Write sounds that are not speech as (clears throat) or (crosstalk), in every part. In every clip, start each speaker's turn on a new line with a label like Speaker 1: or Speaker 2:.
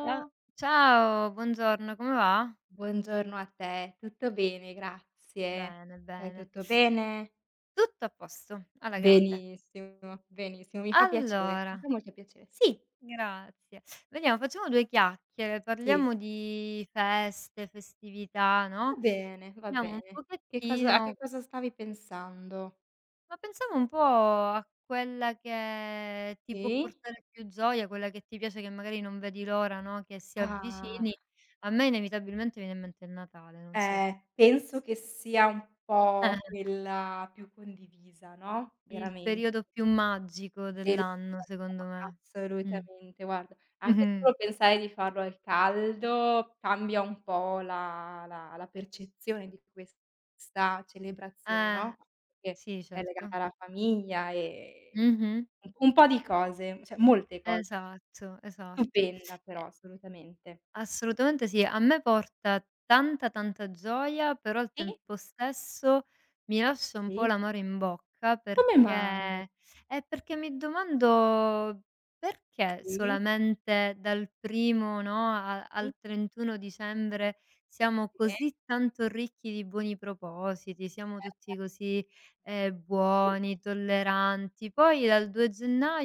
Speaker 1: Cia ciao, buongiorno, come va?
Speaker 2: buongiorno a te. Tutto bene, grazie.
Speaker 1: Bene,
Speaker 2: Te
Speaker 1: bene.
Speaker 2: tutto bene?
Speaker 1: Tutto a posto, alla grande.
Speaker 2: Benissimo, benissimo, mi fa piacere, mi
Speaker 1: Allora,
Speaker 2: fa molto piacere. Sì,
Speaker 1: grazie. Vediamo, facciamo due chiacchiere,
Speaker 2: sì,
Speaker 1: parliamo di feste, festività,
Speaker 2: va
Speaker 1: no,
Speaker 2: bene, va
Speaker 1: vediamo un
Speaker 2: bene. Che cosa a che
Speaker 1: pochettino,
Speaker 2: cosa stavi pensando?
Speaker 1: ma pensiamo un po' a quella che ti può
Speaker 2: Sì?
Speaker 1: portare più gioia, quella che ti piace, che magari non vedi l'ora, no, che si
Speaker 2: Ah,
Speaker 1: avvicini. A me inevitabilmente viene in mente il Natale, non so (laughs)
Speaker 2: penso che sia un
Speaker 1: a
Speaker 2: po'
Speaker 1: te.
Speaker 2: quella più condivisa, no,
Speaker 1: Il
Speaker 2: veramente.
Speaker 1: periodo più magico
Speaker 2: Del
Speaker 1: dell'anno secondo
Speaker 2: (unintelligible)
Speaker 1: me. Mh.
Speaker 2: assolutamente. Guarda, anche
Speaker 1: Mh-mh.
Speaker 2: solo pensare di farlo al caldo cambia un po' la percezione di questa celebrazione,
Speaker 1: Eh,
Speaker 2: no, perché
Speaker 1: sì
Speaker 2: è
Speaker 1: certo.
Speaker 2: legata alla famiglia,
Speaker 1: Mh-mh.
Speaker 2: un po' di cose, cioè molte cose.
Speaker 1: Esatto, esatto.
Speaker 2: Stupenda
Speaker 1: E
Speaker 2: però, assolutamente.
Speaker 1: Assolutamente sì. A me porta tanta, tanta gioia, però al
Speaker 2: Sì,
Speaker 1: tempo stesso mi lascia un po'
Speaker 2: sì.
Speaker 1: l'amaro in bocca
Speaker 2: Come mai?
Speaker 1: perché mi domando: perché
Speaker 2: Sì,
Speaker 1: solamente dal 1° no, a
Speaker 2: sì, sì.
Speaker 1: al 31 dicembre siamo così tanto ricchi di buoni propositi, siamo tutti
Speaker 2: Eh,
Speaker 1: così,
Speaker 2: eh,
Speaker 1: buoni, tolleranti, poi dal 2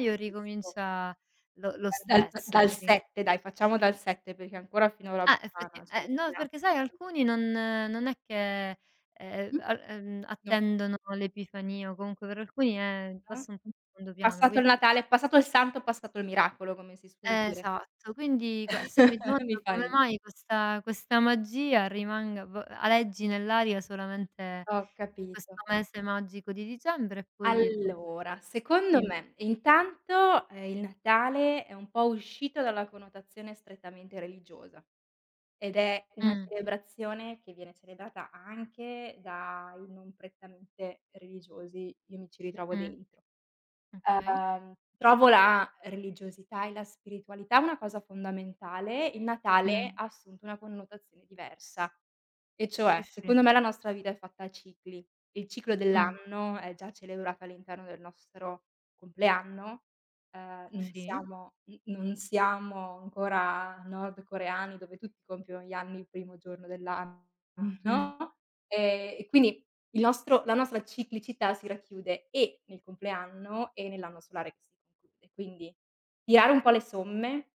Speaker 2: sì, capisco.
Speaker 1: ricomincia lo
Speaker 2: Dal d
Speaker 1: stress
Speaker 2: dal
Speaker 1: praticamente.
Speaker 2: 7 dai, facciamo dal 7 perché ancora fino ce
Speaker 1: Ah, effetti
Speaker 2: le
Speaker 1: no,
Speaker 2: tiriamo
Speaker 1: perché sai
Speaker 2: ste cose.
Speaker 1: alcuni non è che,
Speaker 2: Mh?
Speaker 1: al
Speaker 2: No
Speaker 1: attendono l'epifania o comunque per alcuni è
Speaker 2: (unintelligible)
Speaker 1: passa un po' in secondo piano,
Speaker 2: passato il
Speaker 1: quindi per ques
Speaker 2: Natale, passato il santo, passato il miracolo, come si suol dire.
Speaker 1: esatto. Quindi questo mi
Speaker 2: (laughs) Mi
Speaker 1: domando
Speaker 2: fa
Speaker 1: come
Speaker 2: ridere.
Speaker 1: mai questa magia rimanga v aleggi nell'aria solamente
Speaker 2: Ho capito.
Speaker 1: questo mese magico di dicembre, e poi no.
Speaker 2: Allora, secondo
Speaker 1: Dimmi.
Speaker 2: me intanto, il Natale è un po' uscito dalla connotazione strettamente religiosa ed è una
Speaker 1: Mh,
Speaker 2: celebrazione che viene celebrata anche dai non prettamente religiosi, io mi ci ritrovo
Speaker 1: mh,
Speaker 2: dentro.
Speaker 1: okay.
Speaker 2: Trovo la religiosità e la spiritualità una cosa fondamentale, il Natale
Speaker 1: Mh,
Speaker 2: ha assunto una connotazione diversa. E
Speaker 1: sì,
Speaker 2: cioè,
Speaker 1: sì.
Speaker 2: secondo me la nostra vita è fatta a cicli. Il ciclo
Speaker 1: Mh,
Speaker 2: dell'anno è già celebrato all'interno del nostro compleanno, non
Speaker 1: sì.
Speaker 2: siamo n non siamo ancora nordcoreani dove tutti compiono gli anni il primo giorno dell'anno, (laughs)
Speaker 1: Mh,
Speaker 2: no, e quindi il nostro la nostra ciclicità si racchiude e nel compleanno e nell'anno solare che si conclude. Quindi tirare un po' le somme,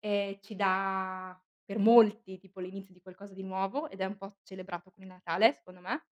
Speaker 2: ci dà per molti tipo l'inizio di qualcosa di nuovo ed è un po' celebrato con il Natale secondo me,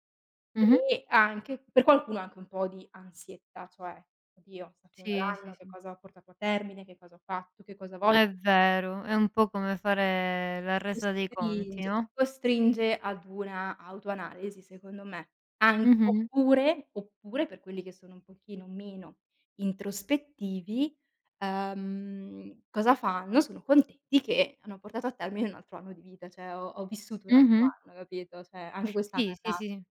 Speaker 1: mh-mh.
Speaker 2: e anche per qualcuno anche un po' di ansietta, cioè: "Oddio, sta finendo
Speaker 1: Sì, sì,
Speaker 2: l'anno, che
Speaker 1: sì.
Speaker 2: cosa ho portato a termine, che cosa ho fatto, che cosa voglio".
Speaker 1: È vero, è un po' come fare la
Speaker 2: Ti
Speaker 1: resa dei
Speaker 2: costringe
Speaker 1: conti,
Speaker 2: ti
Speaker 1: no.
Speaker 2: costringe ad una autoanalisi secondo me. An
Speaker 1: Mh-mh,
Speaker 2: oppure oppure per quelli che sono un pochino meno introspettivi, cosa fanno? Sono contenti che hanno portato a termine un altro anno di vita, cioè ho vissuto un altro
Speaker 1: mh-mh.
Speaker 2: anno, capito, cioè anche quest'anno
Speaker 1: Sì,
Speaker 2: è
Speaker 1: sì, sì,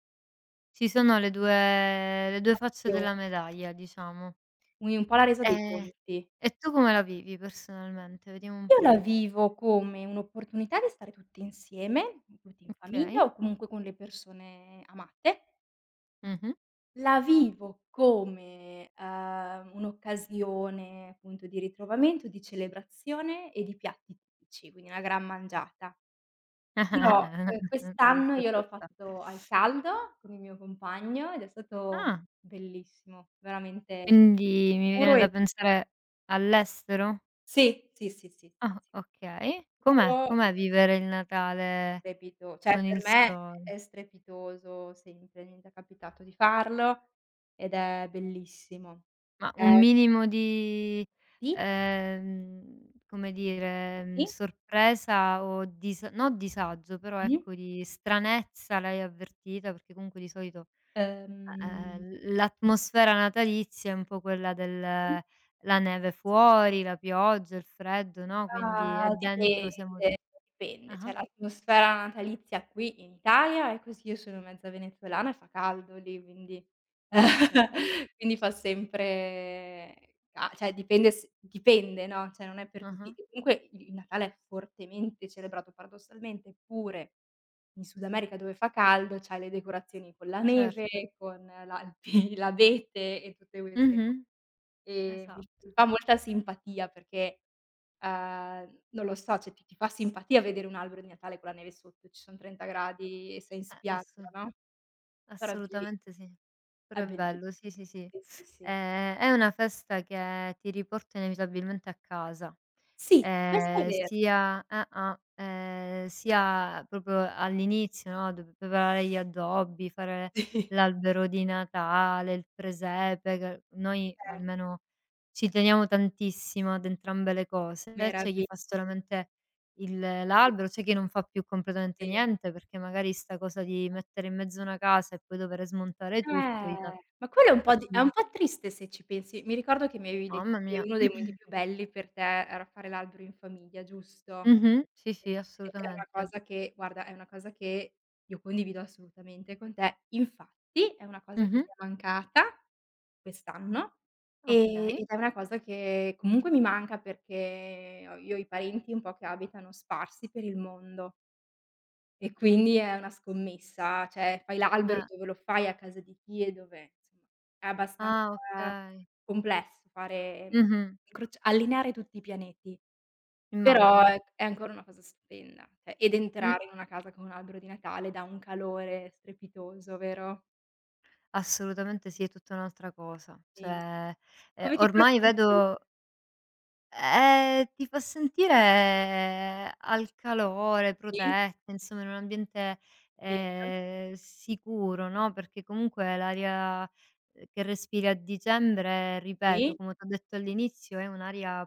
Speaker 1: ci sono le 2 facce
Speaker 2: l'astio,
Speaker 1: della medaglia, diciamo.
Speaker 2: quindi un po' la resa dei
Speaker 1: Ehm,
Speaker 2: conti.
Speaker 1: e tu come la vivi personalmente? Vediamo un
Speaker 2: Io la
Speaker 1: po'.
Speaker 2: vivo come un'opportunità di stare tutti insieme, tutti in famiglia
Speaker 1: Okay,
Speaker 2: o comunque con le persone amate.
Speaker 1: mh-mh.
Speaker 2: La vivo come, un'occasione appunto di ritrovamento, di celebrazione e di piatti tipici, quindi una gran mangiata. Dirò,
Speaker 1: (laughs) Non
Speaker 2: quest'anno
Speaker 1: riesco a
Speaker 2: io l'ho
Speaker 1: pensare.
Speaker 2: fatto al caldo con il mio compagno ed è stato
Speaker 1: Ah,
Speaker 2: bellissimo, veramente
Speaker 1: quindi mi
Speaker 2: puro
Speaker 1: viene da
Speaker 2: e
Speaker 1: pensare all'estero?
Speaker 2: sì, sì, sì, sì,
Speaker 1: Ah, okay.
Speaker 2: puro
Speaker 1: Com'è
Speaker 2: e
Speaker 1: com'è vivere il Natale
Speaker 2: trepido cioè
Speaker 1: con
Speaker 2: per
Speaker 1: il
Speaker 2: me
Speaker 1: sole?
Speaker 2: è strepitoso sempre, mi è già capitato di farlo ed è bellissimo.
Speaker 1: Ma
Speaker 2: Ehm
Speaker 1: un minimo di,
Speaker 2: sì,
Speaker 1: come dire,
Speaker 2: sì,
Speaker 1: sorpresa o dis no, disagio, però
Speaker 2: mh-mh.
Speaker 1: ecco di stranezza l'hai avvertita? Perché comunque di solito,
Speaker 2: Ehm,
Speaker 1: l'atmosfera natalizia è un po' quella del
Speaker 2: sì.
Speaker 1: la neve fuori, la pioggia, il freddo, no, quindi e
Speaker 2: Ah,
Speaker 1: dentro siamo tu
Speaker 2: dipende, dipende. Cioè
Speaker 1: ah-ah,
Speaker 2: l'atmosfera natalizia qui in Italia è così, io sono mezza venezuelana e fa caldo lì, quindi
Speaker 1: okay,
Speaker 2: (laughs) quindi fa sempre ca cioè dipende, no, cioè non è per tutti.
Speaker 1: ah-ah,
Speaker 2: E comunque il Natale è fortemente celebrato paradossalmente, eppure in Sud America dove fa caldo c'hai le decorazioni con la
Speaker 1: certo.
Speaker 2: neve, con l'alpi (laughs) l'abete e tutte queste co
Speaker 1: Mh-mh,
Speaker 2: mi
Speaker 1: esatto.
Speaker 2: fa molta simpatia perché non lo so, cioè ti fa simpatia vedere un albero di Natale con la neve sotto, ci son 30 gradi e sei in spiaggia,
Speaker 1: Assu
Speaker 2: no, però
Speaker 1: Assolutamente sì. Però
Speaker 2: è
Speaker 1: è
Speaker 2: belli
Speaker 1: bello, sì, sì, sì.
Speaker 2: sì, sì, sì.
Speaker 1: È una festa che ti riporta inevitabilmente a casa.
Speaker 2: Sì, questo è vero.
Speaker 1: Sia ah-ah, Sia proprio all'inizio, no, dove preparare gli addobbi, fare
Speaker 2: (laughs)
Speaker 1: l'albero di Natale, il presepe, che noi
Speaker 2: Certo,
Speaker 1: almeno ci teniamo tantissimo ad entrambe le cose. C'è chi
Speaker 2: meravigli
Speaker 1: fa solamente il l'albero, c'è chi non fa più completamente niente, perché magari 'sta cosa di mettere in mezzo una casa e poi dover smontare tutto gli dà
Speaker 2: Ma quello è
Speaker 1: particolar
Speaker 2: un po' triste se ci pensi. Mi ricordo che mi avevi detto
Speaker 1: mamma
Speaker 2: che
Speaker 1: mia.
Speaker 2: uno dei momenti
Speaker 1: (clears throat)
Speaker 2: più belli per te era fare l'albero in famiglia, giusto?
Speaker 1: Mh-mh. Sì,
Speaker 2: Ed
Speaker 1: sì,
Speaker 2: è una
Speaker 1: assolutamente.
Speaker 2: cosa che guarda, è una cosa che io condivido assolutamente con te. Infatti è una cosa che
Speaker 1: Mh-mh.
Speaker 2: mi è mancata quest'anno,
Speaker 1: Okay.
Speaker 2: ed è una cosa che comunque mi manca perché ho io ho i parenti un po' che abitano sparsi per il mondo e quindi è una scommessa, cioè fai l'albero
Speaker 1: Eh.
Speaker 2: dove lo fai, a casa di chi e dove, insomma è abbastanza
Speaker 1: Ah, okay.
Speaker 2: complesso fare
Speaker 1: Mh-mh.
Speaker 2: incrocia allineare tutti i pianeti. Però
Speaker 1: Immagino.
Speaker 2: è ancora una cosa stupenda, cioè ed
Speaker 1: Mh.
Speaker 2: entrare in una casa con un albero di Natale dà un calore strepitoso, vero?
Speaker 1: Assolutamente sì, è tutta un'altra cosa.
Speaker 2: Sì.
Speaker 1: Cioè,
Speaker 2: Come ti fa
Speaker 1: ormai
Speaker 2: sentire?
Speaker 1: vedo. Ti fa sentire al calore,
Speaker 2: Sì,
Speaker 1: protetta, insomma in un ambiente,
Speaker 2: vero,
Speaker 1: sicuro, no, perché comunque l'aria, che respiri a dicembre, ripeto,
Speaker 2: sì,
Speaker 1: come t'ho detto all'inizio, è un'aria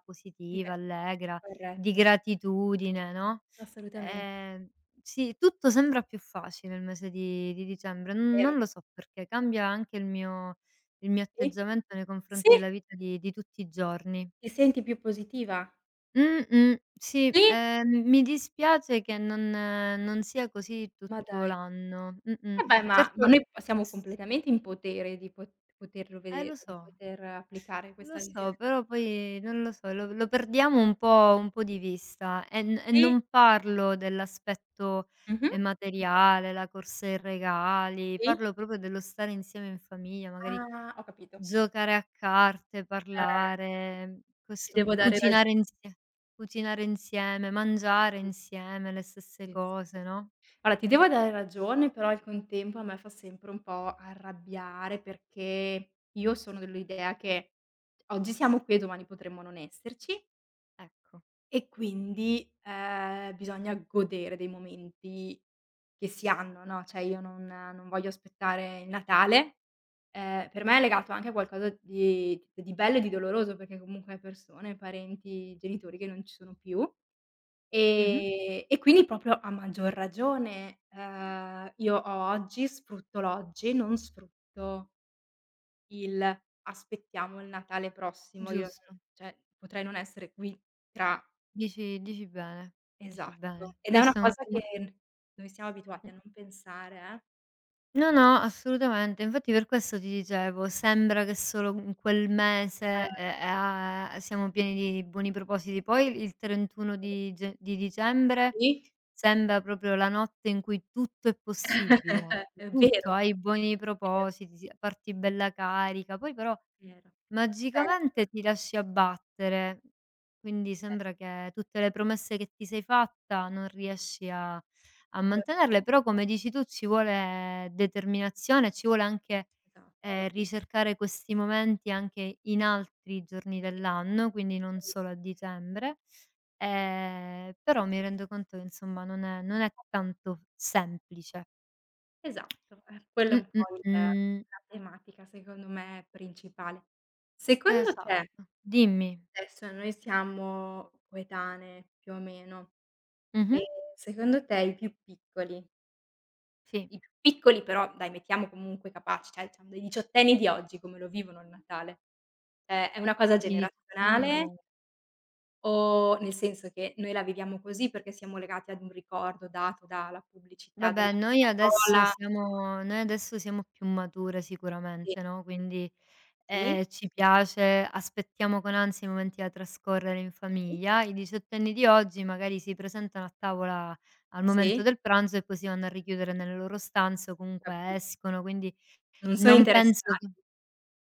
Speaker 2: dife
Speaker 1: positiva, allegra, di
Speaker 2: corretto, sì,
Speaker 1: gratitudine, no,
Speaker 2: assolutamente,
Speaker 1: ehm, sì, tutto sembra più facile il mese di dicembre, n
Speaker 2: vero,
Speaker 1: non lo so perché, cambia anche il mio
Speaker 2: sì,
Speaker 1: atteggiamento nei
Speaker 2: sì.
Speaker 1: confronti della vita di tutti i giorni.
Speaker 2: Ti senti più positiva?
Speaker 1: Mh-mh. Sì,
Speaker 2: Sì?
Speaker 1: mi dispiace che non sia così
Speaker 2: Ma
Speaker 1: tutto
Speaker 2: dai.
Speaker 1: l'anno. Mh-mh.
Speaker 2: Vabbè, ma
Speaker 1: Certo.
Speaker 2: noi siamo
Speaker 1: s
Speaker 2: completamente in potere di po poterlo vedere,
Speaker 1: Lo
Speaker 2: di
Speaker 1: so,
Speaker 2: poter applicare
Speaker 1: lo
Speaker 2: questa
Speaker 1: so,
Speaker 2: visione.
Speaker 1: però poi non lo so, lo perdiamo un po' di vista, e
Speaker 2: Sì,
Speaker 1: non parlo dell'aspetto,
Speaker 2: mh-mh.
Speaker 1: materiale, la corsa ai regali,
Speaker 2: Sì.
Speaker 1: parlo proprio dello stare insieme in famiglia, magari
Speaker 2: Ah, ho capito.
Speaker 1: giocare a carte,
Speaker 2: Eh,
Speaker 1: parlare,
Speaker 2: ti
Speaker 1: questo
Speaker 2: devo
Speaker 1: qua,
Speaker 2: dare rag
Speaker 1: cucinare insieme, mangiare insieme le stesse
Speaker 2: sì, s
Speaker 1: cose, no,
Speaker 2: allora ti devo dare ragione, però al contempo a me fa sempre un po' arrabbiare perché io sono dell'idea che oggi siamo qui e domani potremmo non esserci
Speaker 1: ecco.
Speaker 2: e quindi, bisogna godere dei momenti che si hanno, no, cioè io non voglio aspettare il Natale. Per me è legato anche a qualcosa di bello e di doloroso perché comunque persone, parenti, genitori che non ci sono più.
Speaker 1: Mh-mh,
Speaker 2: E quindi proprio a maggior ragione, io ho oggi, sfrutto l'oggi, non sfrutto il: "Aspettiamo il Natale prossimo." Io
Speaker 1: giusto.
Speaker 2: non cioè, potrei non essere qui tra
Speaker 1: Dici bene, dici
Speaker 2: esatto.
Speaker 1: bene.
Speaker 2: Ed è una
Speaker 1: Questo è un
Speaker 2: cosa che n noi siamo abituati a
Speaker 1: un.
Speaker 2: non pensare, eh.
Speaker 1: No, no, assolutamente. Infatti per questo ti dicevo, sembra che solo in quel mese,
Speaker 2: Eh.
Speaker 1: a siamo pieni di buoni propositi. Poi il 31 di dicembre
Speaker 2: Sì,
Speaker 1: sembra proprio la notte in cui tutto è possibile,
Speaker 2: (laughs) è
Speaker 1: tutto,
Speaker 2: vero,
Speaker 1: hai buoni
Speaker 2: è vero,
Speaker 1: propositi, si parti bella carica, poi però
Speaker 2: vero. Si perdono,
Speaker 1: magicamente ti lasci abbattere, quindi
Speaker 2: ecco,
Speaker 1: sembra che tutte le promesse che ti sei fatta non riesci a mantenerle, però come dici tu ci vuole determinazione, ci vuole anche,
Speaker 2: esatto.
Speaker 1: ricercare questi momenti anche in altri giorni
Speaker 2: Sì.
Speaker 1: dell'anno, quindi non
Speaker 2: Assolutamente.
Speaker 1: solo a dicembre. Però mi rendo conto che insomma non è tanto semplice.
Speaker 2: Esatto, quella è
Speaker 1: Mh,
Speaker 2: un
Speaker 1: mh,
Speaker 2: po' il
Speaker 1: mh.
Speaker 2: la tematica secondo me principale. Secondo te
Speaker 1: Esatto. Dimmi.
Speaker 2: adesso noi siamo coetanee più o meno, ehm,
Speaker 1: Mh-mh.
Speaker 2: secondo te i più piccoli
Speaker 1: Sì.
Speaker 2: i più piccoli però dai mettiamo comunque capaci, cioè diciamo dei diciottenni di oggi come lo vivono il Natale? Cioè è una cosa
Speaker 1: Di 18 anni di
Speaker 2: generazionale
Speaker 1: ora.
Speaker 2: o nel senso che noi la viviamo così perché siamo legati ad un ricordo dato dalla pubblicità della
Speaker 1: Vabbè, noi
Speaker 2: Coca
Speaker 1: adesso
Speaker 2: Cola?
Speaker 1: siamo noi adesso siamo più mature
Speaker 2: Sì,
Speaker 1: sicuramente, no, quindi,
Speaker 2: sì,
Speaker 1: ci piace, aspettiamo con ansia i momenti da trascorrere in
Speaker 2: sì,
Speaker 1: famiglia. I diciottenni di oggi magari si presentano a tavola al momento
Speaker 2: sì,
Speaker 1: del pranzo e poi si vanno a richiudere nelle loro stanze o comunque
Speaker 2: capi
Speaker 1: escono, quindi
Speaker 2: non sono
Speaker 1: non penso che.
Speaker 2: interessati,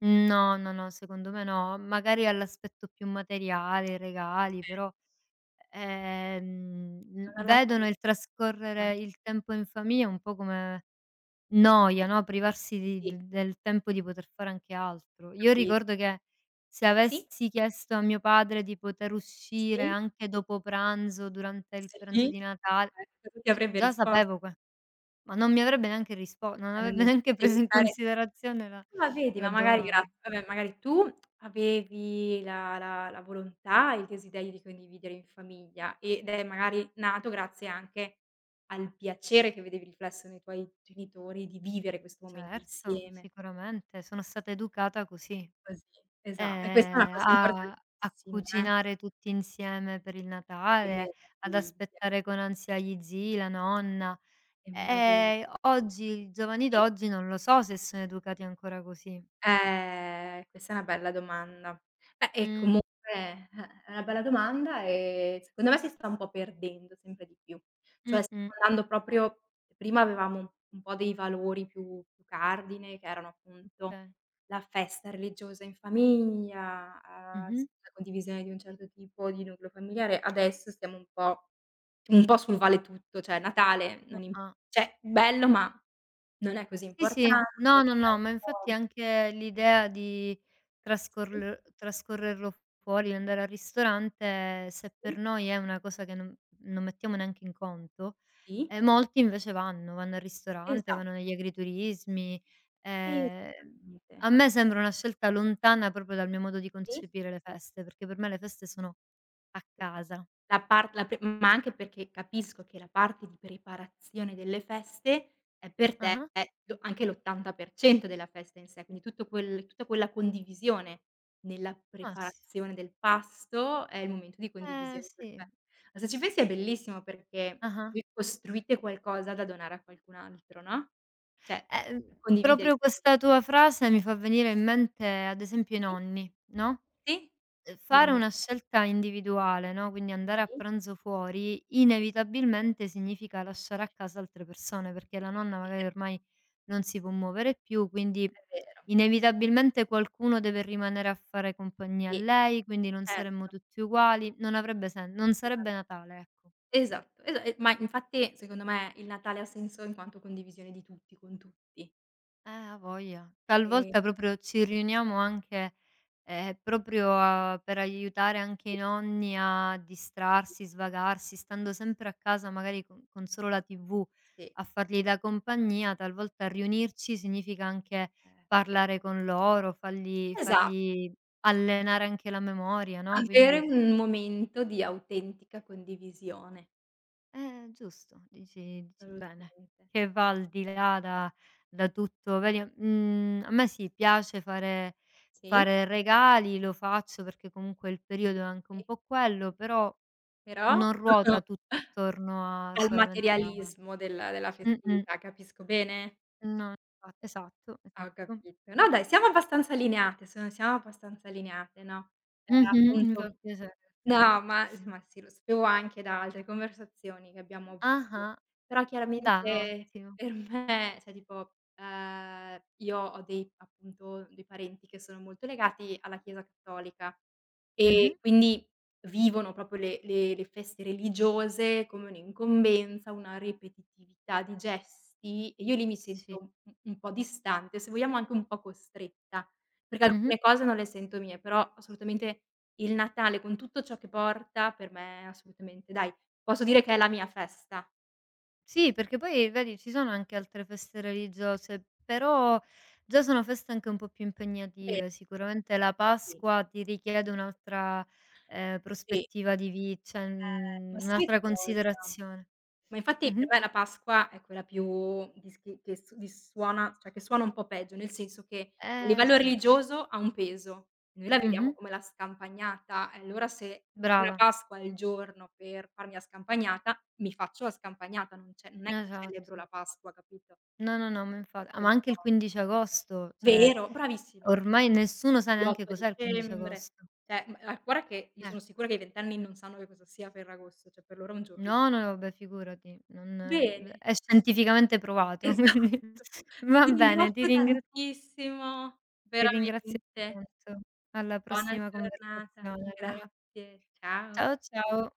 Speaker 1: No, no, no, secondo me no. Magari all'aspetto più materiale, i regali, però l
Speaker 2: non alla
Speaker 1: vedono il trascorrere
Speaker 2: continua.
Speaker 1: il tempo in famiglia un po' come noia, no, privarsi di d
Speaker 2: Sì,
Speaker 1: del tempo di poter fare anche
Speaker 2: ho
Speaker 1: altro. Io
Speaker 2: capi
Speaker 1: ricordo che se
Speaker 2: sì,
Speaker 1: avessi chiesto a mio padre di poter uscire
Speaker 2: sì,
Speaker 1: anche dopo pranzo, durante il
Speaker 2: sì,
Speaker 1: pranzo di Natale,
Speaker 2: ecco, tu ti
Speaker 1: cioè
Speaker 2: avrebbe
Speaker 1: già
Speaker 2: risposto,
Speaker 1: sapevo que ma non mi avrebbe neanche rispo non
Speaker 2: non
Speaker 1: avrebbe (laughs)
Speaker 2: es
Speaker 1: neanche
Speaker 2: devi
Speaker 1: preso in
Speaker 2: stare
Speaker 1: considerazione. La
Speaker 2: ma vedi,
Speaker 1: la
Speaker 2: ma magari
Speaker 1: doman
Speaker 2: grazie, vabbè magari tu avevi la volontà e il desiderio di condividere in famiglia ed è magari nato grazie anche al piacere che vedevi riflesso nei tuoi genitori di vivere questo momento
Speaker 1: Certo,
Speaker 2: insieme,
Speaker 1: sicuramente, sono stata educata così.
Speaker 2: così. Esa e questa è una cosa
Speaker 1: A
Speaker 2: importantissima.
Speaker 1: cucinare tutti insieme per il
Speaker 2: Che
Speaker 1: Natale, ad
Speaker 2: meraviglia,
Speaker 1: aspettare con ansia gli zii, la nonna.
Speaker 2: che meravigl
Speaker 1: Oggi i giovani
Speaker 2: sì?
Speaker 1: d'oggi non lo so se sono educati ancora così.
Speaker 2: Questa è una bella domanda. Beh, e
Speaker 1: Mh,
Speaker 2: comunque è una bella domanda e secondo me si sta un po' perdendo sempre di più. Cioè stiamo
Speaker 1: mh-mh.
Speaker 2: andando proprio prima avevamo un po' dei valori più cardine che erano appunto
Speaker 1: Okay.
Speaker 2: la festa religiosa in famiglia, s
Speaker 1: Mh-mh.
Speaker 2: la condivisione di un certo tipo di nucleo familiare, adesso stiamo un po' sul vale tutto, cioè Natale non im
Speaker 1: Ah-ah.
Speaker 2: cioè bello ma non è così
Speaker 1: Sì,
Speaker 2: importante,
Speaker 1: sì. No, no,
Speaker 2: sai
Speaker 1: no, ma
Speaker 2: un po'.
Speaker 1: infatti anche l'idea di
Speaker 2: Sì,
Speaker 1: trascorl trascorrerlo fuori, andare al ristorante, se
Speaker 2: mh.
Speaker 1: per noi è una cosa che non mettiamo neanche in conto.
Speaker 2: Sì,
Speaker 1: Molti invece vanno al ristorante,
Speaker 2: esa
Speaker 1: vanno negli agriturismi. Ehm,
Speaker 2: esattamente.
Speaker 1: A me sembra una scelta lontana proprio dal mio modo di
Speaker 2: Sì.
Speaker 1: concepire le feste, perché per me le feste sono a casa.
Speaker 2: La par la pre ma anche perché capisco che la parte di preparazione delle feste, è per te
Speaker 1: Ah-ah.
Speaker 2: è lo anche l'80% della festa in sé, quindi tutto quel tutta quella condivisione nella
Speaker 1: Ma s
Speaker 2: preparazione del pasto, è il momento di
Speaker 1: eh
Speaker 2: condivisione per
Speaker 1: sì.
Speaker 2: te. Ma se ci pensi è bellissimo perché
Speaker 1: Ah-ah.
Speaker 2: voi costruite qualcosa da donare a qualcun altro, no, cioè
Speaker 1: Eh,
Speaker 2: condividere
Speaker 1: proprio questa tua frase mi fa venire in mente, ad esempio, i
Speaker 2: sì,
Speaker 1: nonni, no?
Speaker 2: sì,
Speaker 1: Fare
Speaker 2: dimmi.
Speaker 1: una scelta individuale, no, quindi andare a
Speaker 2: Sì,
Speaker 1: pranzo fuori, inevitabilmente significa
Speaker 2: sì,
Speaker 1: lasciare a
Speaker 2: sì,
Speaker 1: casa altre persone, perché la
Speaker 2: è
Speaker 1: nonna magari
Speaker 2: vero,
Speaker 1: ormai non si può muovere più, quindi
Speaker 2: è vero.
Speaker 1: inevitabilmente qualcuno deve rimanere a fare compagnia a
Speaker 2: Sì,
Speaker 1: lei, quindi non saremmo
Speaker 2: certo.
Speaker 1: tutti uguali, non avrebbe sen non sarebbe
Speaker 2: (unintelligible)
Speaker 1: Natale, ecco.
Speaker 2: Esatto, esa e ma infatti secondo me il Natale ha senso in quanto condivisione di tutti con tutti.
Speaker 1: A voglia.
Speaker 2: Sì,
Speaker 1: Talvolta proprio ci riuniamo anche, proprio a per aiutare anche
Speaker 2: sì,
Speaker 1: i nonni a distrarsi, svagarsi, stando sempre a casa magari con solo la TV
Speaker 2: sì.
Speaker 1: a fargli da compagnia. Talvolta riunirci significa anche
Speaker 2: Eh.
Speaker 1: parlare con loro, fargli
Speaker 2: Esatto.
Speaker 1: fargli allenare anche la memoria, no,
Speaker 2: Avere
Speaker 1: quindi.
Speaker 2: un momento di autentica condivisione,
Speaker 1: Giusto, dici bene,
Speaker 2: assolutamente.
Speaker 1: che va al di là da tutto, vedi, a me sì, piace fare
Speaker 2: Sì,
Speaker 1: fare regali, lo faccio perché comunque il periodo è anche
Speaker 2: sì.
Speaker 1: un po' quello, però
Speaker 2: Però
Speaker 1: non
Speaker 2: (laughs)
Speaker 1: ruota tutto attorno a
Speaker 2: al
Speaker 1: solamente a
Speaker 2: materialismo della
Speaker 1: mh-mh.
Speaker 2: festività, capisco bene?
Speaker 1: No, infa esatto,
Speaker 2: Ho
Speaker 1: esatto.
Speaker 2: capito. No dai, siamo abbastanza allineate, siamo abbastanza allineate, no,
Speaker 1: Mh-mh, mi
Speaker 2: appunto
Speaker 1: fa piacere questa cosa.
Speaker 2: no, ma sì, lo sapevo anche da altre conversazioni che abbiamo avuto,
Speaker 1: Ah-ah,
Speaker 2: però
Speaker 1: dai,
Speaker 2: chiaramente
Speaker 1: ottimo.
Speaker 2: per me cioè tipo, io ho dei appunto, dei parenti che sono molto legati alla Chiesa cattolica.
Speaker 1: Mh-mh,
Speaker 2: E quindi vivono proprio le feste religiose come un'incombenza, una ripetitività di gesti e io lì mi sento
Speaker 1: sì.
Speaker 2: un po' distante, se vogliamo anche un po' costretta, perché
Speaker 1: Mh-mh.
Speaker 2: alcune cose non le sento mie, però assolutamente il Natale con tutto ciò che porta per me assolutamente dai, posso dire che è la mia festa.
Speaker 1: Sì, perché poi vedi ci sono anche altre feste religiose, però già sono feste anche un po' più
Speaker 2: Vero,
Speaker 1: impegnative. Sicuramente la
Speaker 2: sì,
Speaker 1: Pasqua ti richiede un'altra,
Speaker 2: sì,
Speaker 1: prospettiva di vi cioè,
Speaker 2: ma sai
Speaker 1: un'altra
Speaker 2: cosa?
Speaker 1: considerazione.
Speaker 2: Ma infatti per
Speaker 1: Mh-mh.
Speaker 2: me la Pasqua è quella più dissuona cioè che suona un po' peggio, nel senso che a
Speaker 1: Eh
Speaker 2: livello
Speaker 1: sì.
Speaker 2: religioso ha un peso. Noi la
Speaker 1: Mh-mh.
Speaker 2: vediamo come la scampagnata e allora se la
Speaker 1: Brava,
Speaker 2: Pasqua è il giorno per farmi la scampagnata, mi faccio la scampagnata, non è che celebro
Speaker 1: esatto.
Speaker 2: la Pasqua, capito?
Speaker 1: No, no, no, ma infa ah,
Speaker 2: Questo è un
Speaker 1: ma anche il
Speaker 2: po'
Speaker 1: 15 agosto, cioè
Speaker 2: vero, bravissima,
Speaker 1: ormai nessuno sa neanche
Speaker 2: l'8
Speaker 1: cos'è il 15
Speaker 2: dicembre.
Speaker 1: agosto.
Speaker 2: Cioè, guarda che io
Speaker 1: Eh.
Speaker 2: sono sicura che i 20 anni non sanno che cosa sia Ferragosto, cioè per loro è un giorno
Speaker 1: No, no, no, vabbè figurati, non
Speaker 2: bene.
Speaker 1: è scientificamente provato, (laughs)
Speaker 2: Esatto.
Speaker 1: quindi va
Speaker 2: Ti
Speaker 1: bene,
Speaker 2: ringrazio tantissimo,
Speaker 1: ti ringrazio
Speaker 2: veramente.
Speaker 1: tanto. Alla
Speaker 2: Buona
Speaker 1: prossima
Speaker 2: giornata.
Speaker 1: conversazione allora.
Speaker 2: Grazie, ciao.
Speaker 1: Ciao, ciao.